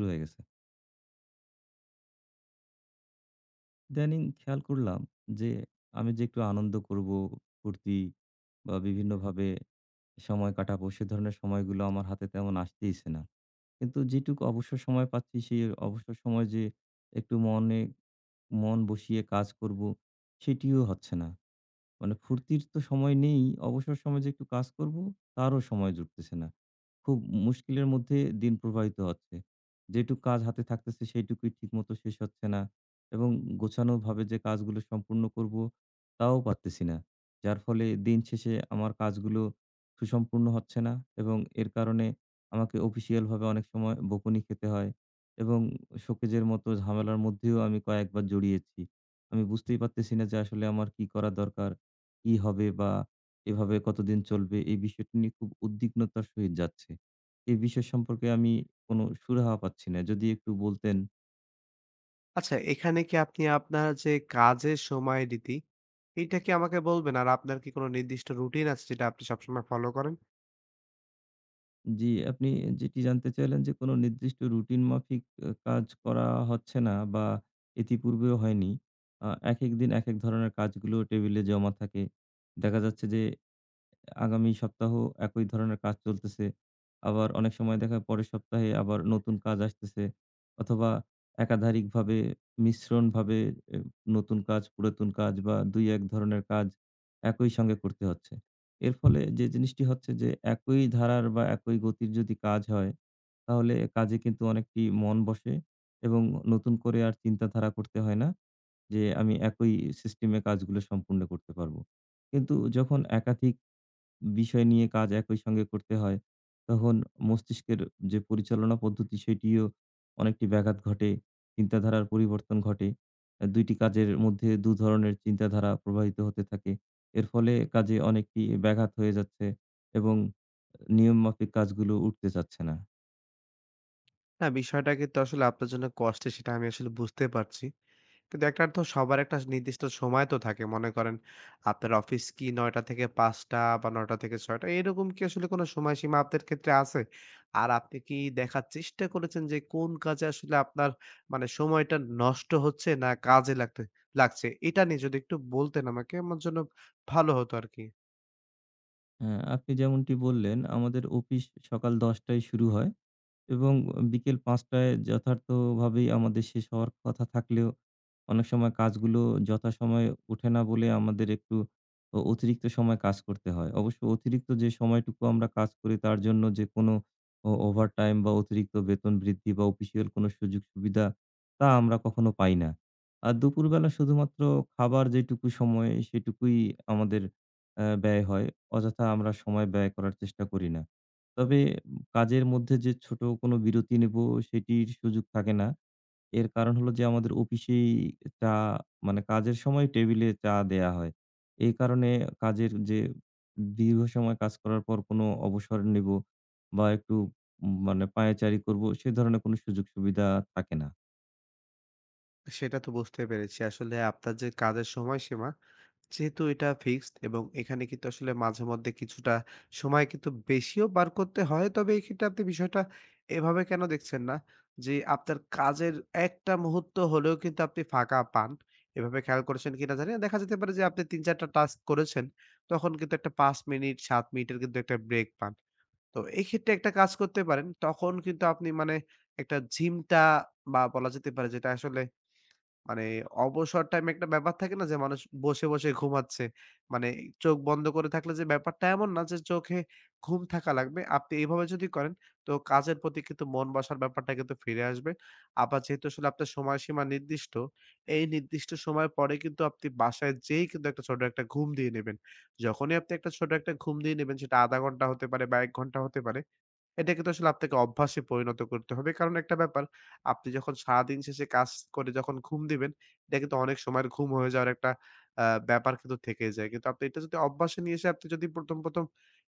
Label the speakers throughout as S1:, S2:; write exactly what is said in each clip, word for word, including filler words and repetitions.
S1: শুরু হয়ে গেছে। ইদানিং খেয়াল করলাম যে, আমি যে একটু আনন্দ করব, ফুর্তি বা বিভিন্নভাবে সময় কাটাবো, সে ধরনের সময়গুলো আমার হাতে তেমন আসতেইছে না। কিন্তু যেটুকু অবসর সময় পাচ্ছি, সেই অবসর সময় যে একটু মনে মন বসিয়ে কাজ করব, সেটিও হচ্ছে না। মানে ফুর্তির তো সময় নেই। অবসর সময় যে একটু কাজ করব, তারও সময় জুটতেছে না। খুব মুশকিলের মধ্যে দিন প্রবাহিত হচ্ছে। যেটুকু কাজ হাতে থাকতেছে সেইটুকুই ঠিকমতো শেষ হচ্ছে না এবং গোছানোভাবে যে কাজগুলো সম্পূর্ণ করব, তাও পারতেছি না। যার ফলে দিন শেষে আমার কাজগুলো সুসম্পূর্ণ হচ্ছে না এবং এর কারণে আমাকে অফিসিয়াল ভাবে অনেক সময় বকুনি খেতে হয় এবং শোকেজের মতো ঝামেলার মধ্যেও আমি কয়েকবার জড়িয়েছি। আমি বুঝতেই পারতেছি না যে আসলে আমার কি করা দরকার? কি হবে বা এভাবে কতদিন চলবে, এই বিষয়টি নিয়ে খুব উদ্বিগ্নতার সহিত যাচ্ছে। এই বিষয় সম্পর্কে আমি কোনো সুরাহা পাচ্ছি না। যদি একটু বলতেন।
S2: আচ্ছা, এখানে কি আপনি আপনার যে কাজের সময় রীতি, এইটা কি আমাকে বলবেন? আর আপনার কি কোনো নির্দিষ্ট রুটিন আছে যেটা আপনি সবসময় ফলো করেন?
S1: জি, আপনি যেটি জানতে চাইলেন, যে কোনো নির্দিষ্ট রুটিন মাফিক আ কাজ করা হচ্ছে না বা ইতিপূর্বেও হয়নি। আ একেক দিন একেক ধরনের কাজগুলো টেবিলে জমা থাকে। দেখা যাচ্ছে যে আগামী সপ্তাহ একই ধরনের কাজ চলতেছে। আবার অনেক সময় দেখা যায় পরের সপ্তাহে আবার নতুন কাজ আসতেছে, অথবা একাধারিকভাবে, মিশ্রণভাবে এ নতুন কাজ, পুরাতন কাজ বা দুই এক ধরনের কাজ একই সঙ্গে করতে হচ্ছে। এর ফলে যে জিনিসটি হচ্ছে, যে একই ধারার বা একই গতির যদি কাজ হয়, তাহলে কাজে কিন্তু অনেকটি মন বসে এবং নতুন করে আর চিন্তাধারা করতে হয় না যে আমি একই সিস্টেমে কাজগুলো সম্পূর্ণ করতে পারব। কিন্তু যখন একাধিক বিষয় নিয়ে কাজ একই সঙ্গে করতে হয়, তখন মস্তিষ্কের যে পরিচালনা পদ্ধতি সেটিও অনেকটি ব্যাঘাত ঘটে, চিন্তাধারার পরিবর্তন ঘটে। আ দুই টি কাজের মধ্যে দুই ধরনের চিন্তাধারা প্রবাহিত হতে থাকে। এর ফলে কাজে অনেকটি ব্যাঘাত হয়ে যাচ্ছে এবং নিয়মমাফিক কাজগুলো উঠতে চাচ্ছে না।
S2: না, বিষয়টা কিন্তু আসলে আপনার জন্য কষ্টের সেটা আমি আসলে বুঝতে পারছি। কিন্তু একটা তো সবার একটা নির্দিষ্ট সময় তো থাকে। মনে করেন আপনার অফিস কি ৯ঃ শূন্য শূন্য থেকে ৫ঃ শূন্য শূন্য বা ৯ঃ শূন্য শূন্য থেকে ৬ঃ শূন্য শূন্য এরকম কি আসলে কোনো সময়সীমা আপনার ক্ষেত্রে আছে? আর আপনি কি দেখার চেষ্টা করেছেন যে কোন কাজে আসলে আপনার মানে সময়টা নষ্ট হচ্ছে না কাজে লাগতে লাগছে? এটা নিয়ে যদি একটু বলতেন আমাকে আমার জন্য ভালো হতো আরকি।
S1: হ্যাঁ, আপনি যেমনটি বললেন, আমাদের অফিস সকাল দশ টায় শুরু হয় এবং বিকেল পাঁচটায় যথার্থভাবেই আমাদের শেষ হওয়ার কথা থাকলেও অনেক সময় কাজগুলো যথাসময়ে ওঠে না বলে আমাদের একটু অ অতিরিক্ত সময় কাজ করতে হয়। অবশ্য অতিরিক্ত যে সময়টুকু আমরা কাজ করি তার জন্য যে কোনো ও ওভারটাইম বা অতিরিক্ত বেতন বৃদ্ধি বা অফিসিয়াল কোনো সুযোগ সুবিধা তা আমরা কখনো পাই না। আর দুপুরবেলা শুধুমাত্র খাবার যেটুকু সময়, সেটুকুই আমাদের অ্যা ব্যয় হয়। অযথা আমরা সময় ব্যয় করার চেষ্টা করি না। তবে কাজের মধ্যে যে ছোট কোনো বিরতি নেব, সেটির সুযোগ থাকে না। এর কারণ হলো যে আমাদের অফিসেই চা, মানে কাজের সময় টেবিলে চা দেয়া হয়। এই কারণে কাজের যে দীর্ঘ সময় কাজ করার পর কোনো অবসর নেব বা একটু উম মানে পায়চারি করব, সে ধরনের কোনো সুযোগ সুবিধা থাকে না।
S2: সেটা তো বুঝতে পেরেছি। আসলে আপনার যে কাজের সময়সীমা যেহেতু এটা ফিক্সড এবং এখানে কিন্তু আসলে মাঝে মধ্যে কিছুটা সময় কিন্তু বেশিও পার করতে হয়। তবে এক্ষেত্রে আপনি বিষয়টা এভাবে কেন দেখছেন না যে, আপনার কাজের একটা মুহূর্ত হলেও কিন্তু আপনি ফাঁকা পান। এভাবে খেয়াল করেছেন কিনা জানি না। দেখা যেতে পারে যে আপনি তিন চার টা টাস্ক করেছেন, তখন কিন্তু একটা পাঁচ মিনিট সাত মিনিটের কিন্তু একটা ব্রেক পান। তো এক্ষেত্রে একটা কাজ করতে পারেন। তখন কিন্তু আপনি মানে একটা জিমটা বা বলা যেতে পারে যেটা আসলে মানে অবসর টাইম একটা ব্যাপার থাকে না যে মানুষ বসে, বসে ঘুমাচ্ছে। মানে চোখ বন্ধ করে থাকলে যে ব্যাপারটা এমন না যে চোখে ঘুম থাকা লাগবে। আপনি এভাবে যদি করেন তো কাজের প্রতি কিন্তু মন বসার ব্যাপারটা কিন্তু ফিরে আসবে। আবার যেহেতু আসলে আপনার সময়সীমা নির্দিষ্ট, এই নির্দিষ্ট সময় পরে কিন্তু আপনি বাসায় যেয়েই কিন্তু একটা ছোট একটা ঘুম দিয়ে নেবেন। যখনই আপনি একটা ছোট একটা ঘুম দিয়ে নেবেন সেটা শূন্য দশমিক পাঁচ ঘন্টা হতে পারে বা এক ঘন্টা হতে পারে। এটা কিন্তু আসলে আপনাকে অভ্যাসে পরিণত করতে হবে। কারণ একটা ব্যাপার, আপনি যখন সারাদিন শেষে কাজ করে যখন ঘুম দিবেন, এটা কিন্তু অনেক সময়ের ঘুম হয়ে যাওয়ার একটা আ ব্যাপার কিন্তু থেকেই যায়। কিন্তু আপনি এটা যদি অভ্যাসে নিয়ে এসে আপনি যদি ১ম, ১ম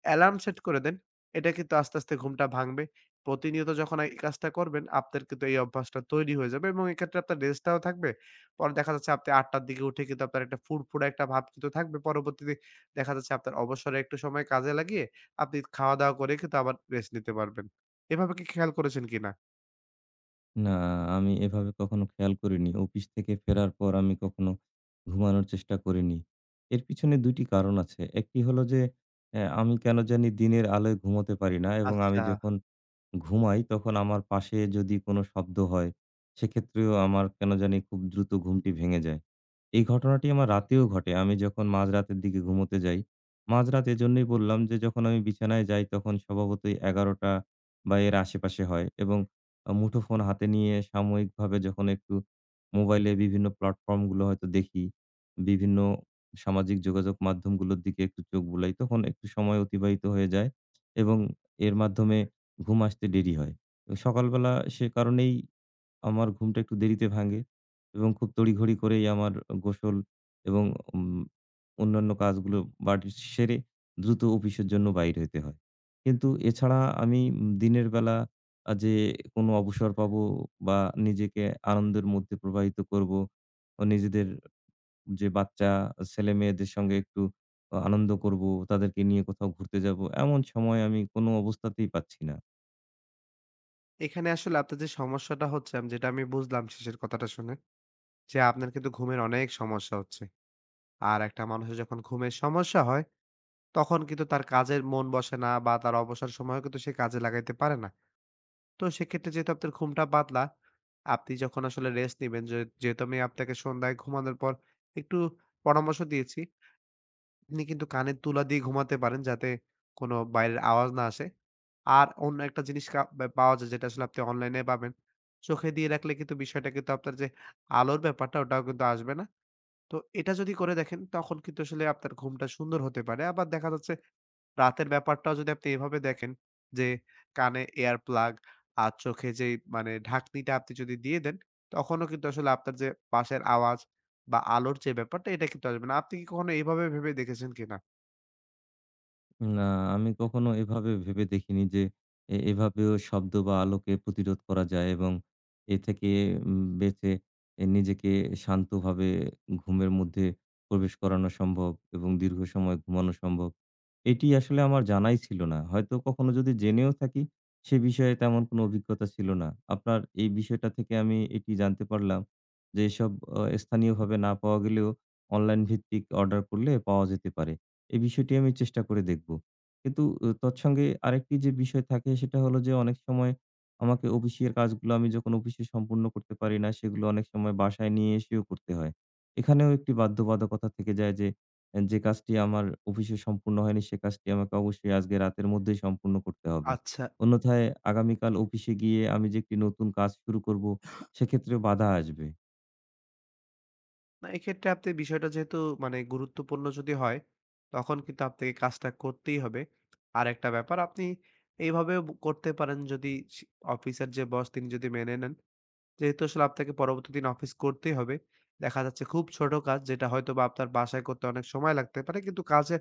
S2: অ্যালার্ম সেট করে দেন, এটা কিন্তু আস্তে, আস্তে ঘুমটা ভাঙবে। প্রতিনিয়ত যখন এই কাজটা করবেন, আপনার কিন্তু এই অভ্যাসটা তৈরি হয়ে যাবে এবং এক্ষেত্রে আপনার রেস্টটাও থাকবে। পরে দেখা যাচ্ছে আপনি ৮ঃ শূন্য শূন্য র দিকে উঠে কিন্তু আপনার একটা ফুরফুরে একটা ভাব কিন্তু থাকবে। পরবর্তীতে দেখা যাচ্ছে আপনার অবসরে একটু সময় কাজে লাগিয়ে আপনি খাওয়া-দাওয়া করে কিন্তু আবার রেস্ট নিতে পারবেন। এভাবে কি খেয়াল করেছেন কিনা?
S1: না, আমি এভাবে কখনো খেয়াল করিনি। অফিস থেকে ফেরার পর আমি কখনো ঘুমানোর চেষ্টা করিনি। এর পিছনে দুই টি কারণ আছে। একটি হলো যে, অ্যা আমি কেন জানি দিনের আলোয় ঘুমোতে পারি না, এবং আমি
S2: আচ্ছা।
S1: যখন ঘুমাই তখন আমার পাশে যদি কোনো শব্দ হয়, সেক্ষেত্রেও আমার কেন জানি খুব দ্রুত ঘুমটি ভেঙে যায়। এই ঘটনাটি আমার রাতেও ঘটে। আমি যখন মাঝরাতের দিকে ঘুমোতে যাই, মাঝরাত এজন্যই বললাম, যে যখন আমি বিছানায় যাই তখন স্বভাবতই এগারোটা বা এর আশেপাশে হয় এবং আ মুঠোফোন হাতে নিয়ে সাময়িকভাবে যখন একটু মোবাইলে বিভিন্ন প্ল্যাটফর্মগুলো হয়তো দেখি, বিভিন্ন সামাজিক যোগাযোগ মাধ্যমগুলোর দিকে একটু চোখ বুলাই, তখন একটু সময় অতিবাহিত হয়ে যায় এবং এর মাধ্যমে ঘুম আসতে দেরি হয়। তো সকালবেলা সে কারণেই আমার ঘুমটা একটু দেরিতে ভাঙ্গে এবং খুব তড়িঘড়ি করেই আমার গোসল এবং উম অন্যান্য কাজগুলো বাড়ির সেরে দ্রুত অফিসের জন্য বাইর হইতে হয়। কিন্তু এছাড়া আমি উম দিনের বেলা আ যে কোনো অবসর পাবো বা নিজেকে আনন্দের মধ্যে প্রবাহিত করবো, ও নিজেদের যে বাচ্চা ছেলেমেয়েদের সঙ্গে একটু আ আনন্দ করবো, তাদেরকে নিয়ে কোথাও ঘুরতে যাবো, এমন সময় আমি কোনো অবস্থাতেই পাচ্ছি না।
S2: এখানে আসলে আপনার যে সমস্যাটা হচ্ছে আম যেটা আমি বুঝলাম শেষের কথাটা শুনে যে, আপনার কিন্তু ঘুমের অনেক সমস্যা হচ্ছে। আর একটা মানুষের যখন ঘুমের সমস্যা হয়, তখন কিন্তু তার কাজের মন বসে না বা তার অবসর সময়ও কিন্তু সে কাজে লাগাইতে পারে না। তো সেক্ষেত্রে যেহেতু আপনার ঘুমটা পাতলা, আপনি যখন আসলে রেস্ট নিবেন যে যেহেতু আমি আপনাকে সন্ধ্যায় ঘুমানোর পর একটু পরামর্শ দিয়েছি। আপনি কিন্তু কানের তুলা দিয়ে ঘুমাতে পারেন যাতে কোনো বাইরের আওয়াজ না আসে। আর অন্য একটা জিনিস কা বা পাওয়া যায় যেটা আসলে আপনি অনলাইনে পাবেন। চোখে দিয়ে রাখলে কিন্তু বিষয়টা কিন্তু আপনার যে আলোর ব্যাপারটা ওটাও কিন্তু আসবে না। তো এটা যদি করে দেখেন তখন কিন্তু আসলে আপনার ঘুমটা সুন্দর হতে পারে। আবার দেখা যাচ্ছে রাতের ব্যাপারটাও যদি আপনি এভাবে দেখেন যে কানে এয়ার প্লাগ আর চোখে যেই মানে ঢাকনিটা আপনি যদি দিয়ে দেন তখনও কিন্তু আসলে আপনার যে পাশের আওয়াজ বা আলোর যে ব্যাপারটা এটা কিন্তু আসবে না। আপনি কি কখনো এভাবে ভেবে দেখেছেন কিনা?
S1: না, আমি কখনো এভাবে ভেবে দেখিনি যে এ এভাবেও শব্দ বা আলোকে প্রতিরোধ করা যায় এবং এ থেকে উম বেঁচে এ নিজেকে শান্তভাবে ঘুমের মধ্যে প্রবেশ করানো সম্ভব এবং দীর্ঘ সময় ঘুমানো সম্ভব। এটি আসলে আমার জানাই ছিল না। হয়তো কখনো যদি জেনেও থাকি, সে বিষয়ে তেমন কোনো অভিজ্ঞতা ছিল না। আপনার এই বিষয়টা থেকে আমি এটি জানতে পারলাম যে এসব অ স্থানীয়ভাবে না পাওয়া গেলেও অনলাইন ভিত্তিক অর্ডার করলে পাওয়া যেতে পারে। এই বিষয়টি আমি চেষ্টা করে দেখব। কিন্তু অ তৎসঙ্গে আরেকটি যে বিষয় থাকে সেটা হলো যে অনেক সময় আমাকে অফিসের কাজগুলো, আমি যখন অফিসে সম্পূর্ণ করতে পারি না, সেগুলো অনেক সময় বাসায় নিয়ে এসেও করতে হয়। এখানেও একটি বাধ্যবাধকতা থেকে যায় যে এ যে কাজটি আমার অফিসে সম্পূর্ণ হয়নি সে কাজটি আমাকে অবশ্যই আজকে রাতের মধ্যেই সম্পূর্ণ করতে হবে।
S2: আচ্ছা।
S1: অন্যথায় আগামীকাল অফিসে গিয়ে আমি যে একটি নতুন কাজ শুরু করব সেক্ষেত্রেও বাধা আসবে।
S2: না এক্ষেত্রে আপনি বিষয়টা যেহেতু মানে গুরুত্বপূর্ণ যদি হয়, তখন কিন্তু আপনাকে কাজটা করতেই হবে। আরেকটা ব্যাপার আপনি এইভাবেও ব করতে পারেন যদি সি অফিসের যে বস তিনি যদি মেনে নেন। যেহেতু আসলে আপনাকে পরবর্তী দিন অফিস করতেই হবে। দেখা যাচ্ছে খুব ছোট কাজ যেটা হয়তোবা আপনার বাসায় করতে অনেক সময় লাগতে পারে। কিন্তু কাজের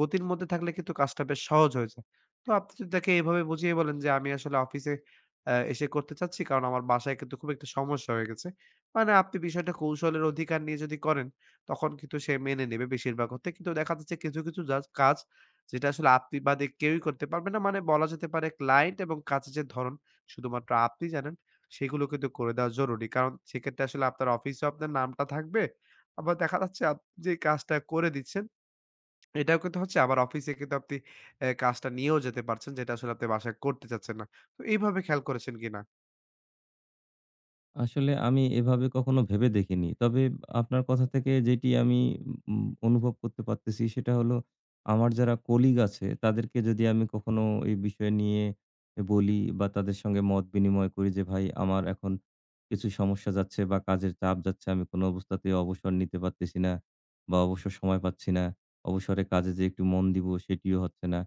S2: গতির মধ্যে থাকলে কিন্তু কাজটা বেশ সহজ হয়ে যায়। তো আপনি যদি তাকে এভাবে বুঝিয়ে বলেন যে, "আমি আসলে অফিসে আ এসে করতে চাচ্ছি। কারণ আমার বাসায় কিন্তু খুব একটা সমস্যা হয়ে গেছে।" মানে আপনি বিষয়টা কৌশলের অধিকার নিয়ে যদি করেন, তখন কিন্তু সে মেনে নেবে বেশিরভাগ অর্থে। কিন্তু দেখা যাচ্ছে কিছু, কিছু জাজ কাজ যেটা আসলে আপনি বাদে কেউই করতে পারবে না। মানে বলা যেতে পারে ক্লায়েন্ট এবং কাজের যে ধরন শুধুমাত্র আপনি জানেন। সেগুলো কিন্তু করে দেওয়া জরুরি। কারণ সেক্ষেত্রে আসলে আপনার অফিসেও আপনার নামটা থাকবে। আবার দেখা যাচ্ছে আপনি যে কাজটা করে দিচ্ছেন, এটাও কিন্তু হচ্ছে আবার অফিসে কিন্তু আপনি অ্যা কাজটা নিয়েও যেতে পারছেন, যেটা আসলে আপনি বাসায় করতে চাচ্ছেন না। তো এইভাবে খেয়াল করেছেন কিনা?
S1: আসলে আমি এভাবে কখনো ভেবে দেখিনি। তবে আপনার কথা থেকে যেটি আমি উম অনুভব করতে পারতেছি সেটা হলো, আমার যারা কলিগ আছে তাদেরকে যদি আমি কখনো এই বিষয় নিয়ে বলি বা তাদের সঙ্গে মত বিনিময় করি যে, ভাই আমার এখন কিছু সমস্যা যাচ্ছে বা কাজের চাপ যাচ্ছে। আমি কোনো অবস্থাতেই অবসর নিতে পারতেছি না বা অবসর সময় পাচ্ছি না। অবসরে কাজে যে একটু মন দিব, সেটিও হচ্ছে না।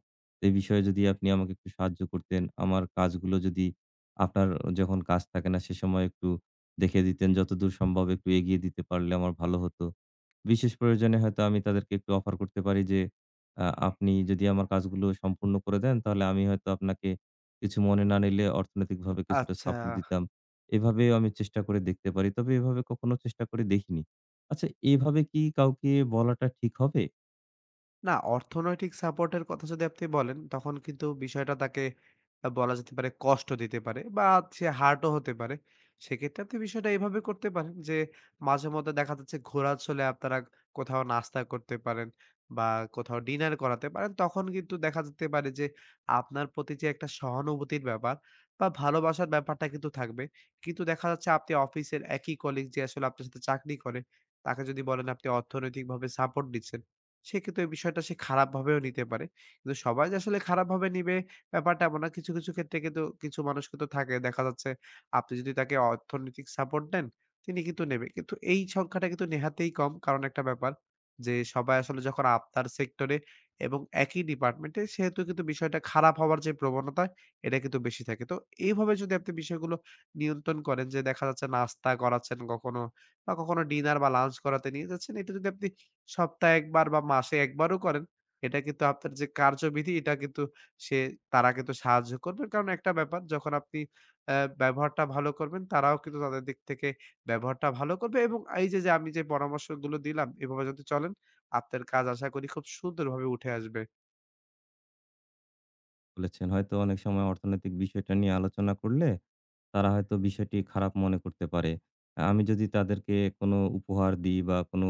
S1: এই বিষয়ে যদি আপনি আমাকে একটু সাহায্য করতেন, আমার কাজগুলো যদি আপনার যখন কাজ থাকে না সে সময় একটু দেখে দিতেন, যতদূর সম্ভব একটু এগিয়ে দিতে পারলে আমার ভালো হতো। বিশেষ প্রয়োজনে হয়তো আমি তাদেরকে একটু অফার করতে পারি যে, আ আপনি যদি আমার কাজগুলো সম্পূর্ণ করে দেন তাহলে আমি হয়তো আপনাকে, কিছু মনে না নিলে, অর্থনৈতিকভাবে কিছুটা
S2: আচ্ছা।
S1: সাপোর্ট দিতাম। এভাবেও আমি চেষ্টা করে দেখতে পারি। তবে এভাবে কখনো চেষ্টা করে দেখিনি। আচ্ছা, এভাবে কি কাউকে বলাটা ঠিক হবে?
S2: না, অর্থনৈতিক সাপোর্টের কথা যদি আপনি বলেন, তখন কিন্তু বিষয়টা তাকে আ বলা যেতে পারে কষ্ট দিতে পারে বা সে hurt ও হতে পারে। সেক্ষেত্রে আপনি বিষয়টা এভাবে করতে পারেন যে, মাঝেমধ্যে দেখা যাচ্ছে ঘোরার ছলে আপনারা কোথাও নাস্তা করতে পারেন বা কোথাও ডিনার করাতে পারেন। তখন কিন্তু দেখা যেতে পারে যে, আপনার প্রতি যে একটা সহানুভূতির ব্যাপার বা ভালোবাসার ব্যাপারটা কিন্তু থাকবে। কিন্তু দেখা যাচ্ছে আপনি অফিসের একই কলিগ যে আসলে আপনার সাথে চাকরি করে, তাকে যদি বলেন আপনি অর্থনৈতিকভাবে সাপোর্ট দিচ্ছেন, সেক্ষেত্রে ওই বিষয়টা সে খারাপভাবেও নিতে পারে। কিন্তু সবাই যে আসলে খারাপভাবে নিবে ব্যাপারটা এমন না। কিছু, কিছু ক্ষেত্রে কিন্তু কিছু মানুষ কিন্তু থাকে দেখা যাচ্ছে আপনি যদি তাকে অর্থনৈতিক সাপোর্ট দেন, তিনি কিন্তু নেবে। কিন্তু এই সংখ্যাটা কিন্তু নেহাতেই কম। কারণ একটা ব্যাপার যে সবাই আসলে যখন আপনার সেক্টরে এবং একই ডিপার্টমেন্টে সেহেতু কিন্তু বিষয়টা খারাপ হওয়ার যে প্রবণতা এটা কিন্তু বেশি থাকে। তো এইভাবে যদি আপনি বিষয়গুলো নিয়ন্ত্রণ করেন যে দেখা যাচ্ছে নাস্তা করাচ্ছেন কখনো বা কখনো ডিনার বা লাঞ্চ করাতে নিয়ে যাচ্ছেন। এটা যদি আপনি সপ্তাহে এক বার বা মাসে এক বারও করেন, এটা কিন্তু আপনার যে কার্যবিধি এটা কিন্তু সে তারা কিন্তু সাহায্য করবে। কারণ একটা ব্যাপার যখন আপনি অ্যা ব্যবহারটা ভালো করবেন, তারাও কিন্তু তাদের দিক থেকে ব্যবহারটা ভালো করবে এবং এই যে, যে আমি যে পরামর্শগুলো দিলাম এভাবে যদি চলেন, আপনার কাজ আশা করি খুব সুন্দরভাবে উঠে আসবে।
S1: বলেছেন। হয়তো অনেক সময় অর্থনৈতিক বিষয়টা নিয়ে আলোচনা করলে তারা হয়তো বিষয়টি খারাপ মনে করতে পারে। আমি যদি তাদেরকে কোনো উপহার দিই বা কোনো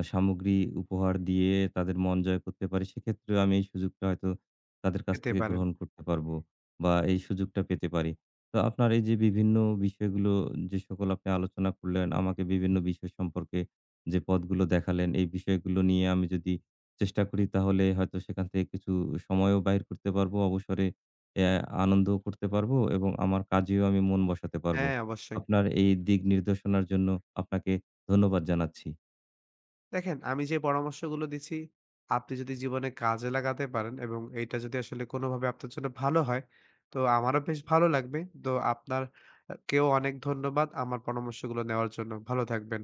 S1: আ সামগ্রী উপহার দিয়ে তাদের মন জয় করতে পারি, সেক্ষেত্রেও আমি এই সুযোগটা হয়তো তাদের কাছ
S2: পেতে
S1: থেকে
S2: পারেন।
S1: গ্রহণ করতে পারবো বা এই সুযোগটা পেতে পারি। তো আপনার এই যে বিভিন্ন বিষয়গুলো যে সকল আপনি আলোচনা করলেন, আমাকে বিভিন্ন বিষয় সম্পর্কে যে পথগুলো দেখালেন, এই বিষয়গুলো নিয়ে আমি যদি চেষ্টা করি তাহলে হয়তো সেখান থেকে কিছু সময়ও বাইর করতে পারবো। অবসরে অ্যা আনন্দও করতে পারবো এবং আমার কাজেও আমি মন বসাতে পারবো।
S2: হ্যাঁ, অবশ্যই।
S1: আপনার এই দিক নির্দেশনার জন্য আপনাকে ধন্যবাদ জানাচ্ছি।
S2: দেখেন, আমি যে পরামর্শগুলো দিচ্ছি, আপনি যদি জীবনে কাজে লাগাতে পারেন এবং এইটা যদি আসলে কোনোভাবে আপনার জন্য ভালো হয়, তো আমারও বেশ ভালো লাগবে। তো আপনার আ কেও অনেক ধন্যবাদ আমার পরামর্শগুলো নেওয়ার জন্য। ভালো থাকবেন।